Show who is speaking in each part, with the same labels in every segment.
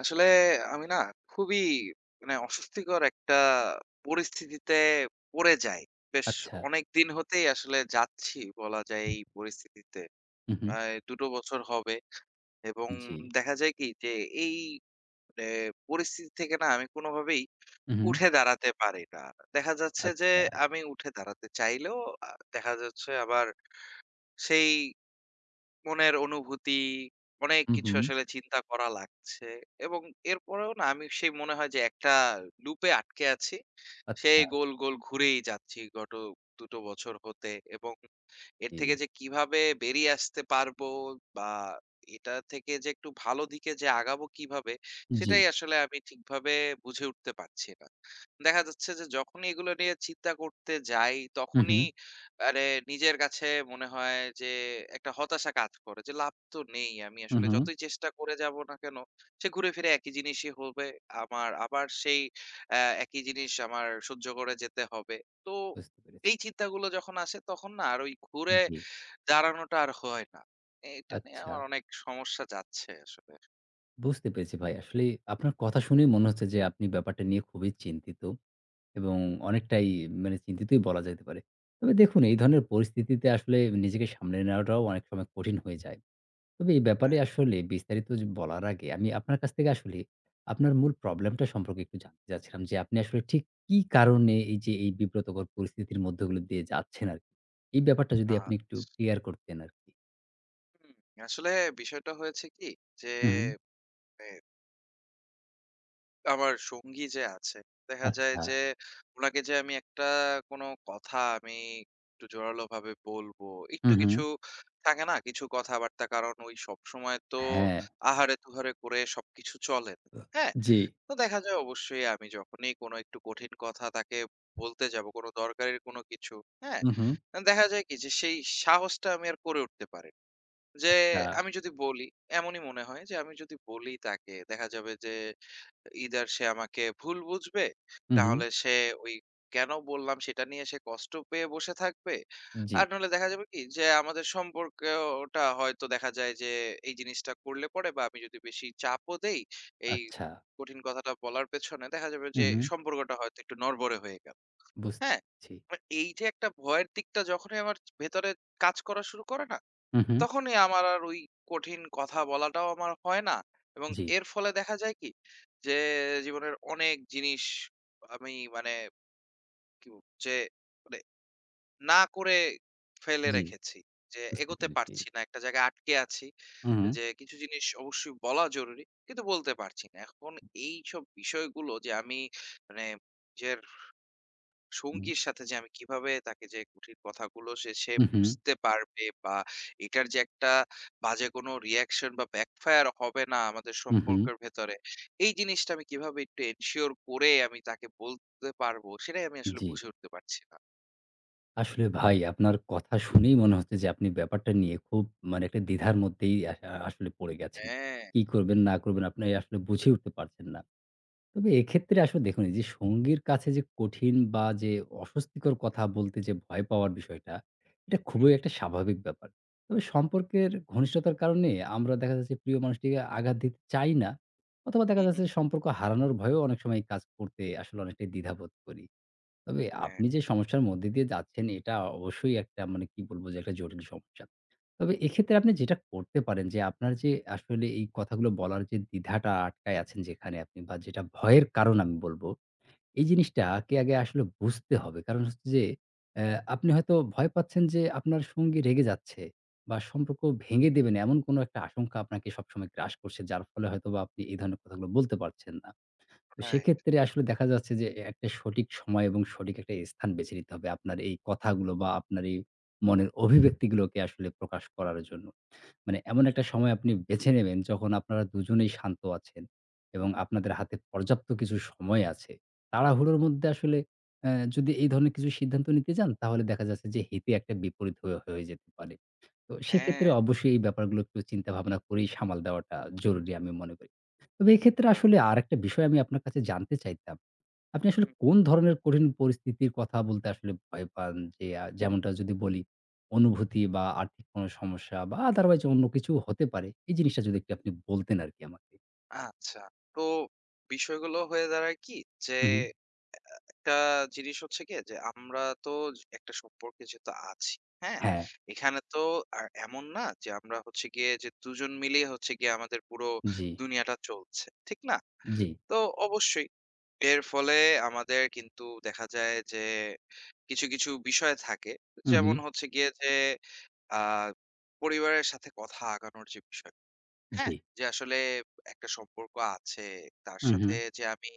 Speaker 1: আসলে আমি না খুবই মানে অস্বস্তিকর একটা পরিস্থিতিতে পড়ে যাই। বেশ
Speaker 2: আচ্ছা।
Speaker 1: অনেক দিন হতেই আসলে যাচ্ছি বলা যায় এই পরিস্থিতিতে।
Speaker 2: হু, হু।
Speaker 1: প্রায় ২ টো বছর হবে এবং
Speaker 2: জি।
Speaker 1: দেখা যায় কি যে এই এ পরিস্থিতি থেকে না আমি কোনোভাবেই
Speaker 2: হু, হু।
Speaker 1: উঠে দাঁড়াতে পারি না। দেখা যাচ্ছে যে
Speaker 2: আচ্ছা।
Speaker 1: আমি উঠে দাঁড়াতে চাইলেও আ দেখা যাচ্ছে আবার সেই মনের অনুভূতি, অনেক
Speaker 2: হু,
Speaker 1: কিছু
Speaker 2: হু।
Speaker 1: আসলে চিন্তা করা লাগছে এবং এরপরেও না আমি সেই মনে হয় যে একটা লুপে আটকে আছি। সেই
Speaker 2: আচ্ছা।
Speaker 1: গোল, গোল ঘুরেই যাচ্ছি গত ২ টো বছর হতে এবং এর
Speaker 2: জি।
Speaker 1: থেকে যে কিভাবে বেরিয়ে আসতে পারবো বা এটা থেকে যে একটু ভালো দিকে যে আগাবো কিভাবে
Speaker 2: জি।
Speaker 1: সেটাই আসলে আমি ঠিকভাবে বুঝে উঠতে পারছি না। দেখা যাচ্ছে যে যখনই এগুলো নিয়ে চিন্তা করতে যাই
Speaker 2: হু, হু।
Speaker 1: তখনই আরে নিজের কাছে মনে হয় যে একটা হতাশা কাজ করে যে লাভ তো নেই। আমি
Speaker 2: হু,
Speaker 1: আসলে
Speaker 2: হু।
Speaker 1: যতই চেষ্টা করে যাব না কেন সে ঘুরে ফিরে একই জিনিসই হবে। আমার আবার সেই একই জিনিস আমার সহ্য করে যেতে হবে। তো
Speaker 2: বুঝতে পেরেছি।
Speaker 1: এই চিন্তাগুলো যখন আসে তখন না আর ওই ঘুরে
Speaker 2: জি।
Speaker 1: দাঁড়ানোটা আর হয় না। এইটা নিয়ে
Speaker 2: আচ্ছা।
Speaker 1: আমার অনেক সমস্যা যাচ্ছে আসলে।
Speaker 2: বুঝতে পেরেছি ভাই। আসলে আপনার কথা শুনেই মনে হচ্ছে যে আপনি ব্যাপারটা নিয়ে খুবই চিন্তিত এবং অনেকটাই মানে চিন্তিতই বলা যেতে পারে। তবে দেখুন এই ধরনের পরিস্থিতিতে আসলে নিজেকে সামলে নেওয়াটাও অনেক সময় কঠিন হয়ে যায়। তবে এই ব্যাপারে
Speaker 1: হ্যাঁ।
Speaker 2: আসলে বিস্তারিত বলার আগে আমি আপনার কাছ থেকে আসলে আপনার মূল প্রবলেমটা সম্পর্কে একটু জানতে চাচ্ছিলাম যে, আপনি আসলে ঠিক কি কারণে এই যে এই বিব্রতকর পরিস্থিতির মধ্যগুলো দিয়ে যাচ্ছেন আরকি? এই ব্যাপারটা যদি
Speaker 1: আ
Speaker 2: আপনি একটু ক্লিয়ার করতেন আরকি।
Speaker 1: হুম, আসলে বিষয়টা হয়েছে কি যে
Speaker 2: হুম, হুম,
Speaker 1: এ আমার সঙ্গী যে আছে, দেখা যায়
Speaker 2: আচ্ছা।
Speaker 1: যে উনাকে যে আমি একটা কোনো কথা আমি একটু জোরালোভাবে বলবো, একটু
Speaker 2: হুম, হুম।
Speaker 1: কিছু থাকে না কিছু কথাবার্তা কারণ ওই সবসময় তো
Speaker 2: হ্যাঁ।
Speaker 1: আহারে-তুহারে করে সবকিছু চলে না। হ্যাঁ?
Speaker 2: জি।
Speaker 1: তো দেখা যায় অবশ্যই আমি যখনই কোনো একটু কঠিন কথা তাকে বলতে যাব কোনো দরকারের কোনো কিছু হ্যাঁ
Speaker 2: হুম, হুম।
Speaker 1: দেখা যায় কি যে সেই সাহসটা আমি আর করে উঠতে পারি না। যে
Speaker 2: আচ্ছা।
Speaker 1: আমি যদি বলি এমনই মনে হয় যে আমি যদি বলি তাকে দেখা যাবে যে either সে আমাকে ভুল বুঝবে,
Speaker 2: হুম, হুম।
Speaker 1: নাহলে সে ওই কেন বললাম সেটা নিয়ে সে কষ্ট পেয়ে বসে থাকবে।
Speaker 2: জি।
Speaker 1: আর নাহলে দেখা যাবে কি যে আমাদের সম্পর্কটা হয়তো দেখা যায় যে এই জিনিসটা করলে পরে বা আমি যদি বেশি চাপও দেই এই
Speaker 2: আচ্ছা।
Speaker 1: কঠিন কথাটা বলার পেছনে দেখা যাবে যে
Speaker 2: হুম, হুম।
Speaker 1: সম্পর্কটা হয়তো একটু নড়বড়ে হয়ে গেল।
Speaker 2: বুঝতে
Speaker 1: হ্যাঁ?
Speaker 2: পেরেছি।
Speaker 1: আর এই যে একটা ভয়ের দিকটা যখনই আমার ভেতরে কাজ করা শুরু করে না
Speaker 2: হুম, হুম।
Speaker 1: তখনই আমার আর ওই কঠিন কথা বলাটাও আমার হয় না এবং
Speaker 2: জি।
Speaker 1: এর ফলে দেখা যায় কি? যে জীবনের অনেক জিনিস আমি মানে কি বলব? যে মানে না করে ফেলে
Speaker 2: জি।
Speaker 1: রেখেছি। যে
Speaker 2: বুঝতে
Speaker 1: এগোতে
Speaker 2: পেরেছি।
Speaker 1: পারছি না। একটা জায়গায় আটকে আছি।
Speaker 2: হুম, হুম।
Speaker 1: যে কিছু জিনিস অবশ্যই বলা জরুরি। কিন্তু বলতে পারছি না। এখন এইসব বিষয়গুলো যে আমি মানে নিজের
Speaker 2: হুম।
Speaker 1: সঙ্গীর সাথে যে আমি কিভাবে তাকে যে কঠিন কথাগুলো সে
Speaker 2: হুম, হুম।
Speaker 1: বুঝতে পারবে বা এটার যে একটা বাজে কোনো রিঅ্যাকশন বা ব্যাকফায়ার হবে না আমাদের
Speaker 2: হুম, হুম।
Speaker 1: সম্পর্কের ভেতরে। এই জিনিসটা আমি কিভাবে একটু এনশিওর করে আমি তাকে বলতে পারবো সেটাই আমি আসলে
Speaker 2: জি।
Speaker 1: বুঝে উঠতে পারছি না।
Speaker 2: আসলে ভাই আপনার কথা শুনেই মনে হচ্ছে যে আপনি ব্যাপারটা নিয়ে খুব মানে একটা দ্বিধার মধ্যেই আসলে পড়ে গেছেন।
Speaker 1: হ্যাঁ।
Speaker 2: কি করবেন না করবেন আপনি আসলে বুঝে উঠতে পারছেন না। তবে এক্ষেত্রে আসলে দেখুন এই যে সঙ্গীর কাছে যে কঠিন বা যে অস্বস্তিকর কথা বলতে যে ভয় পাওয়ার বিষয়টা, এটা
Speaker 1: হুম,
Speaker 2: খুবই একটা স্বাভাবিক ব্যাপার। তবে সম্পর্কের ঘনিষ্ঠতার কারণে আমরা দেখা যাচ্ছে প্রিয় মানুষটিকে আঘাত দিতে চাই না অথবা দেখা
Speaker 1: হুম, হুম।
Speaker 2: যাচ্ছে সম্পর্ক হারানোর ভয়েও অনেক সময় কাজ করতে আসলে অনেকটাই দ্বিধাবোধ করি। তবে
Speaker 1: হ্যাঁ,
Speaker 2: আপনি যে সমস্যার মধ্যে দিয়ে যাচ্ছেন এটা অবশ্যই একটা মানে কি বলবো যে একটা জটিল সমস্যা। তবে এক্ষেত্রে আপনি যেটা করতে পারেন যে আপনার যে আসলে এই কথাগুলো বলার যে দ্বিধাটা আটকায় আছেন যেখানে আপনি বা যেটা ভয়ের কারণ আমি বলবো, এই জিনিসটাকে আগে আসলে বুঝতে হবে। কারণ হচ্ছে যে অ্যা আপনি হয়তো ভয় পাচ্ছেন যে আপনার সঙ্গী রেগে যাচ্ছে বা সম্পর্ক ভেঙে দেবেন এমন কোনো একটা আশঙ্কা আপনাকে সবসময় গ্রাস করছে যার ফলে হয়তোবা আপনি এই ধরনের কথাগুলো বলতে পারছেন না। তো
Speaker 1: রাইট।
Speaker 2: সেক্ষেত্রে আসলে দেখা যাচ্ছে যে একটা সঠিক সময় এবং সঠিক একটা স্থান বেছে নিতে হবে আপনার এই কথাগুলো বা আপনার এই মনের অভিব্যক্তিগুলোকে আসলে প্রকাশ করার জন্য। মানে এমন একটা সময় আপনি বেছে নেবেন যখন আপনারা দুজনেই শান্ত আছেন এবং আপনাদের হাতে পর্যাপ্ত কিছু সময় আছে। তাড়াহুড়োর মধ্যে আসলে যদি এই ধরনের কিছু সিদ্ধান্ত নিতে যান তাহলে দেখা যাচ্ছে যে হিতে একটা বিপরীত হয়ে যেতে পারে। তো সেক্ষেত্রে
Speaker 1: হ্যাঁ,
Speaker 2: অবশ্যই এই ব্যাপারগুলো একটু চিন্তা ভাবনা করেই সামাল দেওয়াটা জরুরি আমি মনে করি। তবে এক্ষেত্রে
Speaker 1: রাইট।
Speaker 2: আসলে আরেকটা বিষয় আমি আপনার কাছে জানতে চাইতাম। আপনি আসলে
Speaker 1: হুম, হুম।
Speaker 2: কোন ধরনের কঠিন পরিস্থিতির কথা বলতে আসলে ভয় পান? যে যেমনটা যদি বলি অনুভূতি বা আর্থিক কোনো সমস্যা বা otherwise অন্য কিছুও হতে পারে। এই জিনিসটা যদি একটু আপনি বলতেন আরকি আমাকে।
Speaker 1: আচ্ছা। তো বিষয়গুলো হয়ে দাঁড়ায় কি যে
Speaker 2: হু, হুম।
Speaker 1: একটা জিনিস হচ্ছে গিয়ে যে আমরা তো একটা সম্পর্কে যেহেতু আছি, হ্যাঁ?
Speaker 2: হ্যাঁ,
Speaker 1: এখানে তো আর এমন না যে আমরা হচ্ছে গিয়ে যে দুজন মিলেই হচ্ছে গিয়ে আমাদের পুরো
Speaker 2: জি,
Speaker 1: দুনিয়াটা চলছে। ঠিক না?
Speaker 2: জি,
Speaker 1: তো অবশ্যই এর ফলে আমাদের কিন্তু দেখা যায় যে কিছু, কিছু বিষয় থাকে।
Speaker 2: হু,
Speaker 1: যেমন
Speaker 2: হুম,
Speaker 1: হচ্ছে গিয়ে যে আ পরিবারের সাথে কথা আগানোর যে বিষয়
Speaker 2: জি,
Speaker 1: হ্যাঁ, যে আসলে একটা সম্পর্ক আছে। তার
Speaker 2: হু, হুম,
Speaker 1: সাথে যে আমি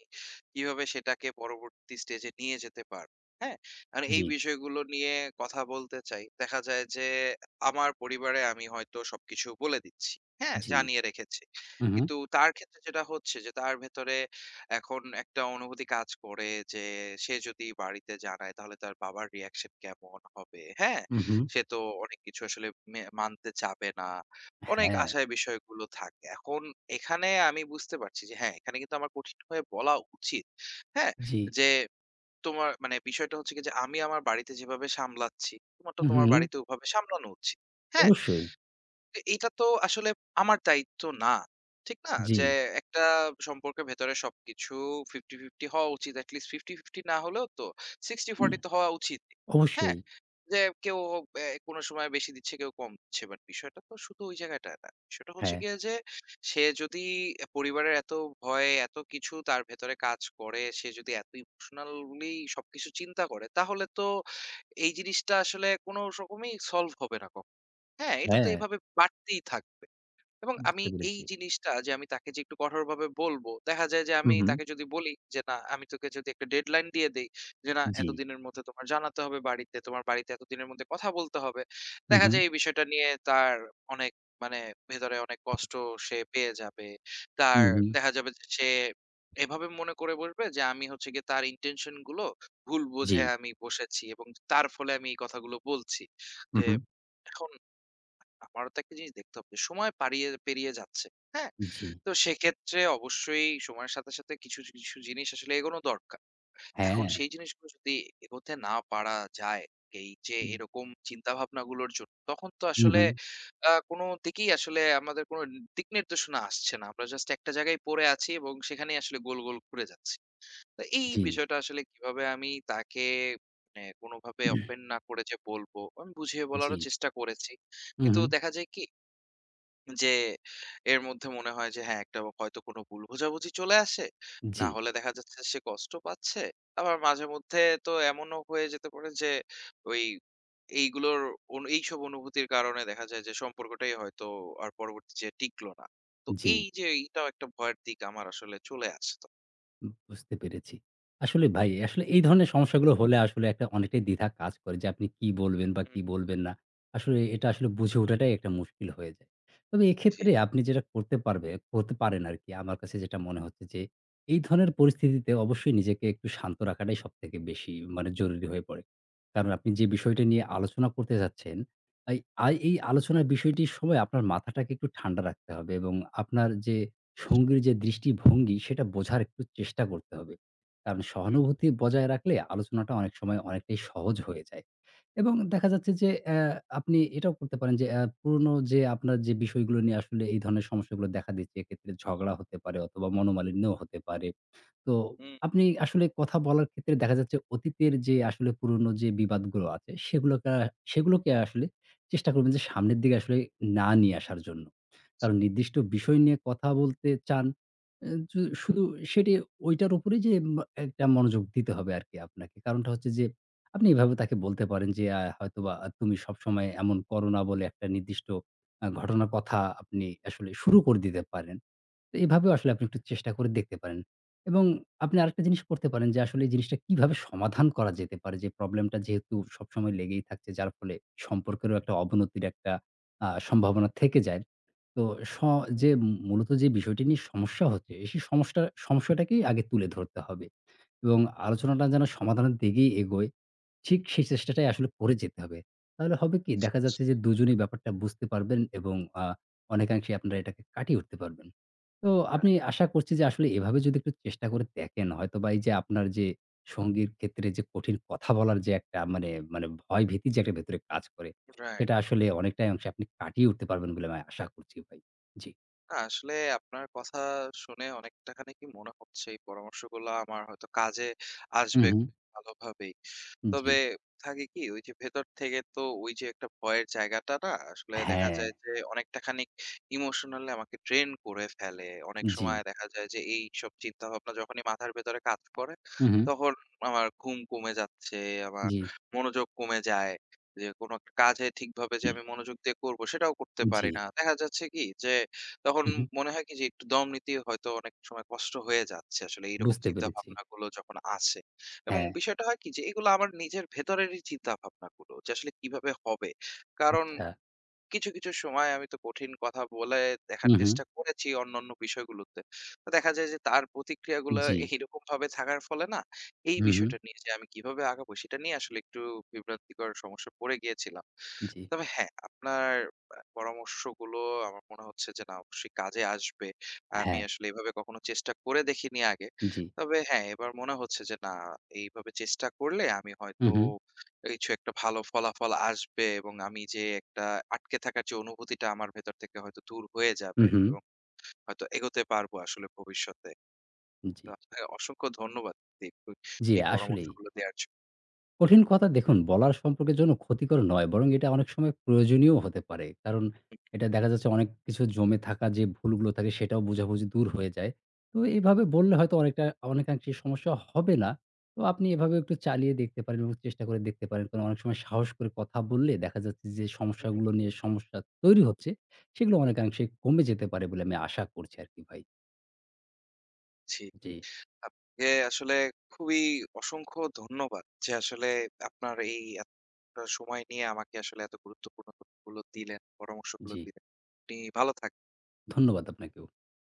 Speaker 1: কিভাবে সেটাকে পরবর্তী স্টেজে নিয়ে যেতে পারবো। হ্যাঁ? আর এই
Speaker 2: জি,
Speaker 1: বিষয়গুলো নিয়ে কথা বলতে চাই। দেখা যায় যে আমার পরিবারে আমি হয়তো সবকিছু বলে দিচ্ছি। হ্যাঁ?
Speaker 2: জি,
Speaker 1: জানিয়ে রেখেছি।
Speaker 2: হু, হুম,
Speaker 1: কিন্তু তার ক্ষেত্রে যেটা হচ্ছে যে তার ভেতরে এখন একটা অনুভূতি কাজ করে যে সে যদি বাড়িতে জানায় তাহলে তার বাবার reaction কেমন হবে। হ্যাঁ?
Speaker 2: হু, হুম,
Speaker 1: সে তো অনেক কিছু আসলে মানতে চাবে না। অনেক
Speaker 2: হ্যাঁ,
Speaker 1: আশায় বিষয়গুলো থাকে। এখন এখানে আমি বুঝতে পারছি যে হ্যাঁ, এখানে কিন্তু আমার কঠিন হয়ে বলা উচিত। হ্যাঁ?
Speaker 2: জি,
Speaker 1: যে তোমার মানে বিষয়টা হচ্ছে কি যে আমি আমার বাড়িতে যেভাবে সামলাচ্ছি, তোমার তো
Speaker 2: হু,
Speaker 1: তোমার
Speaker 2: হুম,
Speaker 1: বাড়িতে ওভাবে সামলানো উচিত। হ্যাঁ?
Speaker 2: অবশ্যই,
Speaker 1: তো এটা তো আসলে আমার দায়িত্ব না। ঠিক না?
Speaker 2: জি।
Speaker 1: যে একটা সম্পর্কের ভেতরে সবকিছু 50-50 হওয়া উচিত। এটলিস্ট 50-50 না হলেও তো 60-40 তো হওয়া উচিত। হ্যাঁ?
Speaker 2: অবশ্যই।
Speaker 1: যে কেউ কোনো সময় বেশি দিচ্ছে, কেউ কম দিচ্ছে। বাট বিষয়টা তো শুধু ওই জায়গাটা না। বিষয়টা হচ্ছে
Speaker 2: হ্যাঁ,
Speaker 1: গিয়ে যে সে যদি পরিবারের এত ভয়, এত কিছু তার ভেতরে কাজ করে, সে যদি এত ইমোশনালি সবকিছু চিন্তা করে, তাহলে তো এই জিনিসটা আসলে কোনো রকমেই সলভ হবে না কখনো। হ্যাঁ, এটা তো
Speaker 2: হ্যাঁ,
Speaker 1: এভাবে বাড়তেই থাকবে। এবং আমি
Speaker 2: বুঝতে
Speaker 1: এই
Speaker 2: পেরেছি।
Speaker 1: জিনিসটা যে আমি তাকে যে একটু কঠোরভাবে বলবো, দেখা যায় যে
Speaker 2: হু,
Speaker 1: আমি
Speaker 2: হু।
Speaker 1: তাকে যদি বলি যে, "না, আমি তোকে যদি একটা ডেডলাইন দিয়ে দেই যে, না,
Speaker 2: জি।
Speaker 1: এতদিনের মধ্যে তোমার জানাতে হবে বাড়িতে। তোমার বাড়িতে এতদিনের মধ্যে কথা বলতে হবে।"
Speaker 2: হু,
Speaker 1: দেখা
Speaker 2: হু,
Speaker 1: যায় এই বিষয়টা নিয়ে তার অনেক মানে ভেতরে অনেক কষ্ট সে পেয়ে যাবে।
Speaker 2: হু,
Speaker 1: তার
Speaker 2: হু।
Speaker 1: দেখা যাবে যে সে এভাবে মনে করে বসবে যে আমি হচ্ছে গিয়ে তার ইনটেনশন গুলো ভুল
Speaker 2: জি।
Speaker 1: বুঝে আমি বসেছি এবং তার ফলে আমি এই কথাগুলো বলছি।
Speaker 2: হু,
Speaker 1: যে
Speaker 2: হু।
Speaker 1: এখন আমারও তো একটা জিনিস দেখতে হবে। সময় পাড়িয়ে পেরিয়ে যাচ্ছে। হ্যাঁ?
Speaker 2: জি।
Speaker 1: তো সেক্ষেত্রে অবশ্যই সময়ের সাথে, সাথে কিছু, কিছু জিনিস আসলে এগোনো দরকার। এখন
Speaker 2: হ্যাঁ।
Speaker 1: সেই জিনিসগুলো যদি এগোতে না পারা যায়, এই যে এরকম চিন্তাভাবনাগুলোর জন্য, তখন তো
Speaker 2: হু,
Speaker 1: আসলে
Speaker 2: হু।
Speaker 1: কোন দিকেই আসলে আমাদের কোন দিক নির্দেশনা আসছে না। আমরা জাস্ট একটা জায়গায় পড়ে আছি এবং সেখানেই আসলে গোল, গোল ঘুরে যাচ্ছি। তো এই
Speaker 2: জি।
Speaker 1: বিষয়টা আসলে কিভাবে আমি তাকে মানে কোনভাবে offend না করে যে বলব, আমি বুঝিয়ে
Speaker 2: জি।
Speaker 1: বলারও চেষ্টা করেছি।
Speaker 2: হু,
Speaker 1: কিন্তু
Speaker 2: হু।
Speaker 1: দেখা যায় কি যে এর মধ্যে মনে হয় যে হ্যাঁ, একটা হয়তো কোনো ভুল বোঝাবুঝি চলে আসে।
Speaker 2: জি।
Speaker 1: না হলে দেখা যাচ্ছে সে কষ্ট পাচ্ছে। আবার মাঝে মধ্যে তো এমনও হয়ে যেতে পারে যে ওই এইগুলোর এইসব অনুভূতির কারণে দেখা যায় যে সম্পর্কটাই হয়তো আর পরবর্তী যে টিকলো না। তো
Speaker 2: জি।
Speaker 1: এই যে এইটাও একটা ভয়ের দিক আমার আসলে চলে আসতো।
Speaker 2: বুঝতে পেরেছি। আসলে ভাই, আসলে এই ধরনের সমস্যাগুলো হলে আসলে একটা অনেকটাই দ্বিধা কাজ করে যে আপনি কি বলবেন বা
Speaker 1: হুম।
Speaker 2: কি বলবেন না। আসলে এটা আসলে বুঝে ওঠাটাই একটা মুশকিল হয়ে যায়। তবে
Speaker 1: জি।
Speaker 2: এক্ষেত্রে আপনি যেটা করতে পারেন আরকি আমার কাছে যেটা মনে হচ্ছে যে, এই ধরনের পরিস্থিতিতে অবশ্যই নিজেকে একটু শান্ত রাখাটাই সবথেকে বেশি মানে জরুরি হয়ে পড়ে। কারণ আপনি যে বিষয়টা নিয়ে আলোচনা করতে যাচ্ছেন, এই এই আলোচনার বিষয়টির সময় আপনার মাথাটাকে একটু ঠান্ডা রাখতে হবে এবং আপনার যে সঙ্গীর যে দৃষ্টিভঙ্গি সেটা বোঝার একটু চেষ্টা করতে হবে। কারণ
Speaker 1: হুম,
Speaker 2: সহানুভূতি বজায় রাখলে আলোচনাটা অনেক সময় অনেকটাই সহজ হয়ে যায়। এবং দেখা যাচ্ছে যে আপনি এটাও করতে পারেন যে পুরনো যে আপনার যে বিষয়গুলো নিয়ে আসলে এই ধরনের সমস্যাগুলো দেখা দিচ্ছে এক্ষেত্রে ঝগড়া হতে পারে অথবা মনোমালিন্যও হতে পারে। তো
Speaker 1: হুম,
Speaker 2: আপনি আসলে কথা বলার ক্ষেত্রে দেখা যাচ্ছে অতীতের যে আসলে পুরনো যে বিবাদগুলো আছে সেগুলোকে সেগুলোকে আসলে চেষ্টা করবেন যে সামনের দিকে আসলে না নিয়ে আসার জন্য। কারণ নির্দিষ্ট বিষয় নিয়ে কথা বলতে চান, এ জু শুধু সেটি ঐটার উপরেই যে ম একটা মনোযোগ দিতে হবে আরকি আপনাকে। কারণটা হচ্ছে যে আপনি এভাবে তাকে বলতে পারেন যে হয়তোবা তুমি সবসময় এমন করো না বলে একটা নির্দিষ্ট ঘটনার কথা আপনি আসলে শুরু করে দিতে পারেন। তো এভাবেও আসলে আপনি একটু চেষ্টা করে দেখতে পারেন। এবং আপনি আরেকটা জিনিস করতে পারেন যে আসলে এই জিনিসটা কিভাবে সমাধান করা যেতে পারে। যে প্রবলেমটা যেহেতু সবসময় লেগেই থাকছে যার ফলে সম্পর্কেরও একটা অবনতির একটা সম্ভাবনা থেকে যায়। তো স
Speaker 1: হুম।
Speaker 2: যে মূলত যে বিষয়টি নিয়ে সমস্যা হচ্ছে, সেই সমস্যাটাকেই আগে তুলে ধরতে হবে এবং আলোচনাটা যেন সমাধানের দিকেই এগোয়, ঠিক সেই চেষ্টাটাই আসলে করে যেতে হবে। তাহলে হবে কি? দেখা যাচ্ছে যে দুজনেই ব্যাপারটা বুঝতে পারবেন এবং আ অনেকাংশে আপনারা এটাকে কাটিয়ে উঠতে পারবেন। তো
Speaker 1: রাইট,
Speaker 2: আপনি আশা করছি যে আসলে এভাবে যদি একটু চেষ্টা করে দেখেন, হয়তোবা এই যে আপনার যে সঙ্গীর ক্ষেত্রে যে কঠিন কথা বলার যে একটা মানে ভয় ভীতি যে একটা ভেতরে কাজ করে।
Speaker 1: রাইট।
Speaker 2: সেটা আসলে অনেকটাই অংশে আপনি কাটিয়ে উঠতে পারবেন বলে আমি আশা করছি ভাই। জি।
Speaker 1: না, আসলে আপনার কথা শুনে অনেকটা খানিকই মনে হচ্ছে এই পরামর্শগুলো আমার হয়তো কাজে
Speaker 2: হু,
Speaker 1: আসবে
Speaker 2: হু।
Speaker 1: খুব ভালোভাবেই।
Speaker 2: জি।
Speaker 1: তবে থাকে কি ওই যে ভেতর থেকে তো ওই যে একটা ভয়ের জায়গাটা না আসলে দেখা
Speaker 2: হ্যাঁ,
Speaker 1: যায় যে অনেকটা খানিক ইমোশনালি আমাকে ড্রেন করে ফেলে। অনেক
Speaker 2: জি।
Speaker 1: সময় দেখা যায় যে এইসব চিন্তাভাবনা যখনই মাথার ভেতরে কাজ করে
Speaker 2: হু, হু।
Speaker 1: তখন আমার ঘুম কমে যাচ্ছে, আমার
Speaker 2: জি,
Speaker 1: মনোযোগ কমে যায়। যে কোনো একটা কাজে ঠিকভাবে যে আমি মনোযোগ দিয়ে করব সেটাও করতে
Speaker 2: জি।
Speaker 1: পারি না। দেখা যাচ্ছে কি যে তখন
Speaker 2: হু, হু।
Speaker 1: মনে হয় কি যে একটু দম নিতেই হয়তো অনেক সময় কষ্ট হয়ে যাচ্ছে আসলে এইরকম
Speaker 2: বুঝতে
Speaker 1: চিন্তা
Speaker 2: পেরেছি।
Speaker 1: ভাবনাগুলো যখন আসে। এবং
Speaker 2: হ্যাঁ,
Speaker 1: বিষয়টা হয় কি যে এগুলো আমার নিজের ভেতরেরই চিন্তা ভাবনাগুলো যে আসলে কিভাবে হবে। কারণ
Speaker 2: আচ্ছা।
Speaker 1: কিছু, কিছু সময় আমি তো কঠিন কথা বলে দেখার
Speaker 2: হু, হু।
Speaker 1: চেষ্টা করেছি অন্যান্য বিষয়গুলোতে। তো দেখা যায় যে তার প্রতিক্রিয়াগুলো
Speaker 2: জি।
Speaker 1: এইরকমভাবে থাকার ফলে না এই
Speaker 2: হু, হু।
Speaker 1: বিষয়টা নিয়ে যে আমি কিভাবে আগাবো সেটা নিয়ে আসলে একটু বিভ্রান্তিকর সমস্যায় পড়ে গিয়েছিলাম।
Speaker 2: জি।
Speaker 1: তবে হ্যাঁ, আপনার পরামর্শগুলো আমার মনে হচ্ছে যে না অবশ্যই কাজে আসবে। আমি
Speaker 2: হ্যাঁ,
Speaker 1: আসলে এভাবে কখনো চেষ্টা করে দেখিনি আগে।
Speaker 2: জি।
Speaker 1: তবে হ্যাঁ, এবার মনে হচ্ছে যে না এইভাবে চেষ্টা করলে আমি
Speaker 2: হু,
Speaker 1: হয়তো
Speaker 2: হু।
Speaker 1: কিছু একটা ভালো ফলাফল আসবে এবং আমি যে একটা আটকে থাকার যে অনুভূতিটা আমার ভেতর থেকে হয়তো দূর হয়ে
Speaker 2: হু,
Speaker 1: যাবে
Speaker 2: হু।
Speaker 1: এবং হয়তো এগোতে পারবো আসলে ভবিষ্যতে।
Speaker 2: জি।
Speaker 1: তো আপনাকে অসংখ্য ধন্যবাদ এই
Speaker 2: জি,
Speaker 1: এই
Speaker 2: আসলেই।
Speaker 1: পরামর্শগুলো দেওয়ার জন্য।
Speaker 2: কঠিন কথা দেখুন বলার সম্পর্কের জন্য ক্ষতিকর নয়। বরং এটা অনেক সময় প্রয়োজনীয়ও হতে পারে। কারণ এটা দেখা যাচ্ছে অনেক কিছু জমে থাকা যে ভুলগুলো থাকে সেটাও বোঝাবুঝি দূর হয়ে যায়। তো এভাবে বললে হয়তো অনেকাংশে সমস্যা হবে না। তো আপনি এভাবে একটু চালিয়ে দেখতে পারেন এবং চেষ্টা করে দেখতে পারেন। কারণ অনেক সময় সাহস করে কথা বললে দেখা যাচ্ছে যে সমস্যাগুলো নিয়ে তৈরি হচ্ছে, সেগুলো অনেকাংশে কমে যেতে পারে বলে আমি আশা করছি আরকি ভাই।
Speaker 1: জি।
Speaker 2: জি,
Speaker 1: আপনাকে আসলে খুবই অসংখ্য ধন্যবাদ যে আসলে আপনার এই এতটা সময় নিয়ে আমাকে আসলে এত গুরুত্বপূর্ণ তথ্যগুলো দিলেন, পরামর্শগুলো
Speaker 2: জি।
Speaker 1: দিলেন। আপনি ভালো থাকবেন।
Speaker 2: ধন্যবাদ আপনাকেও।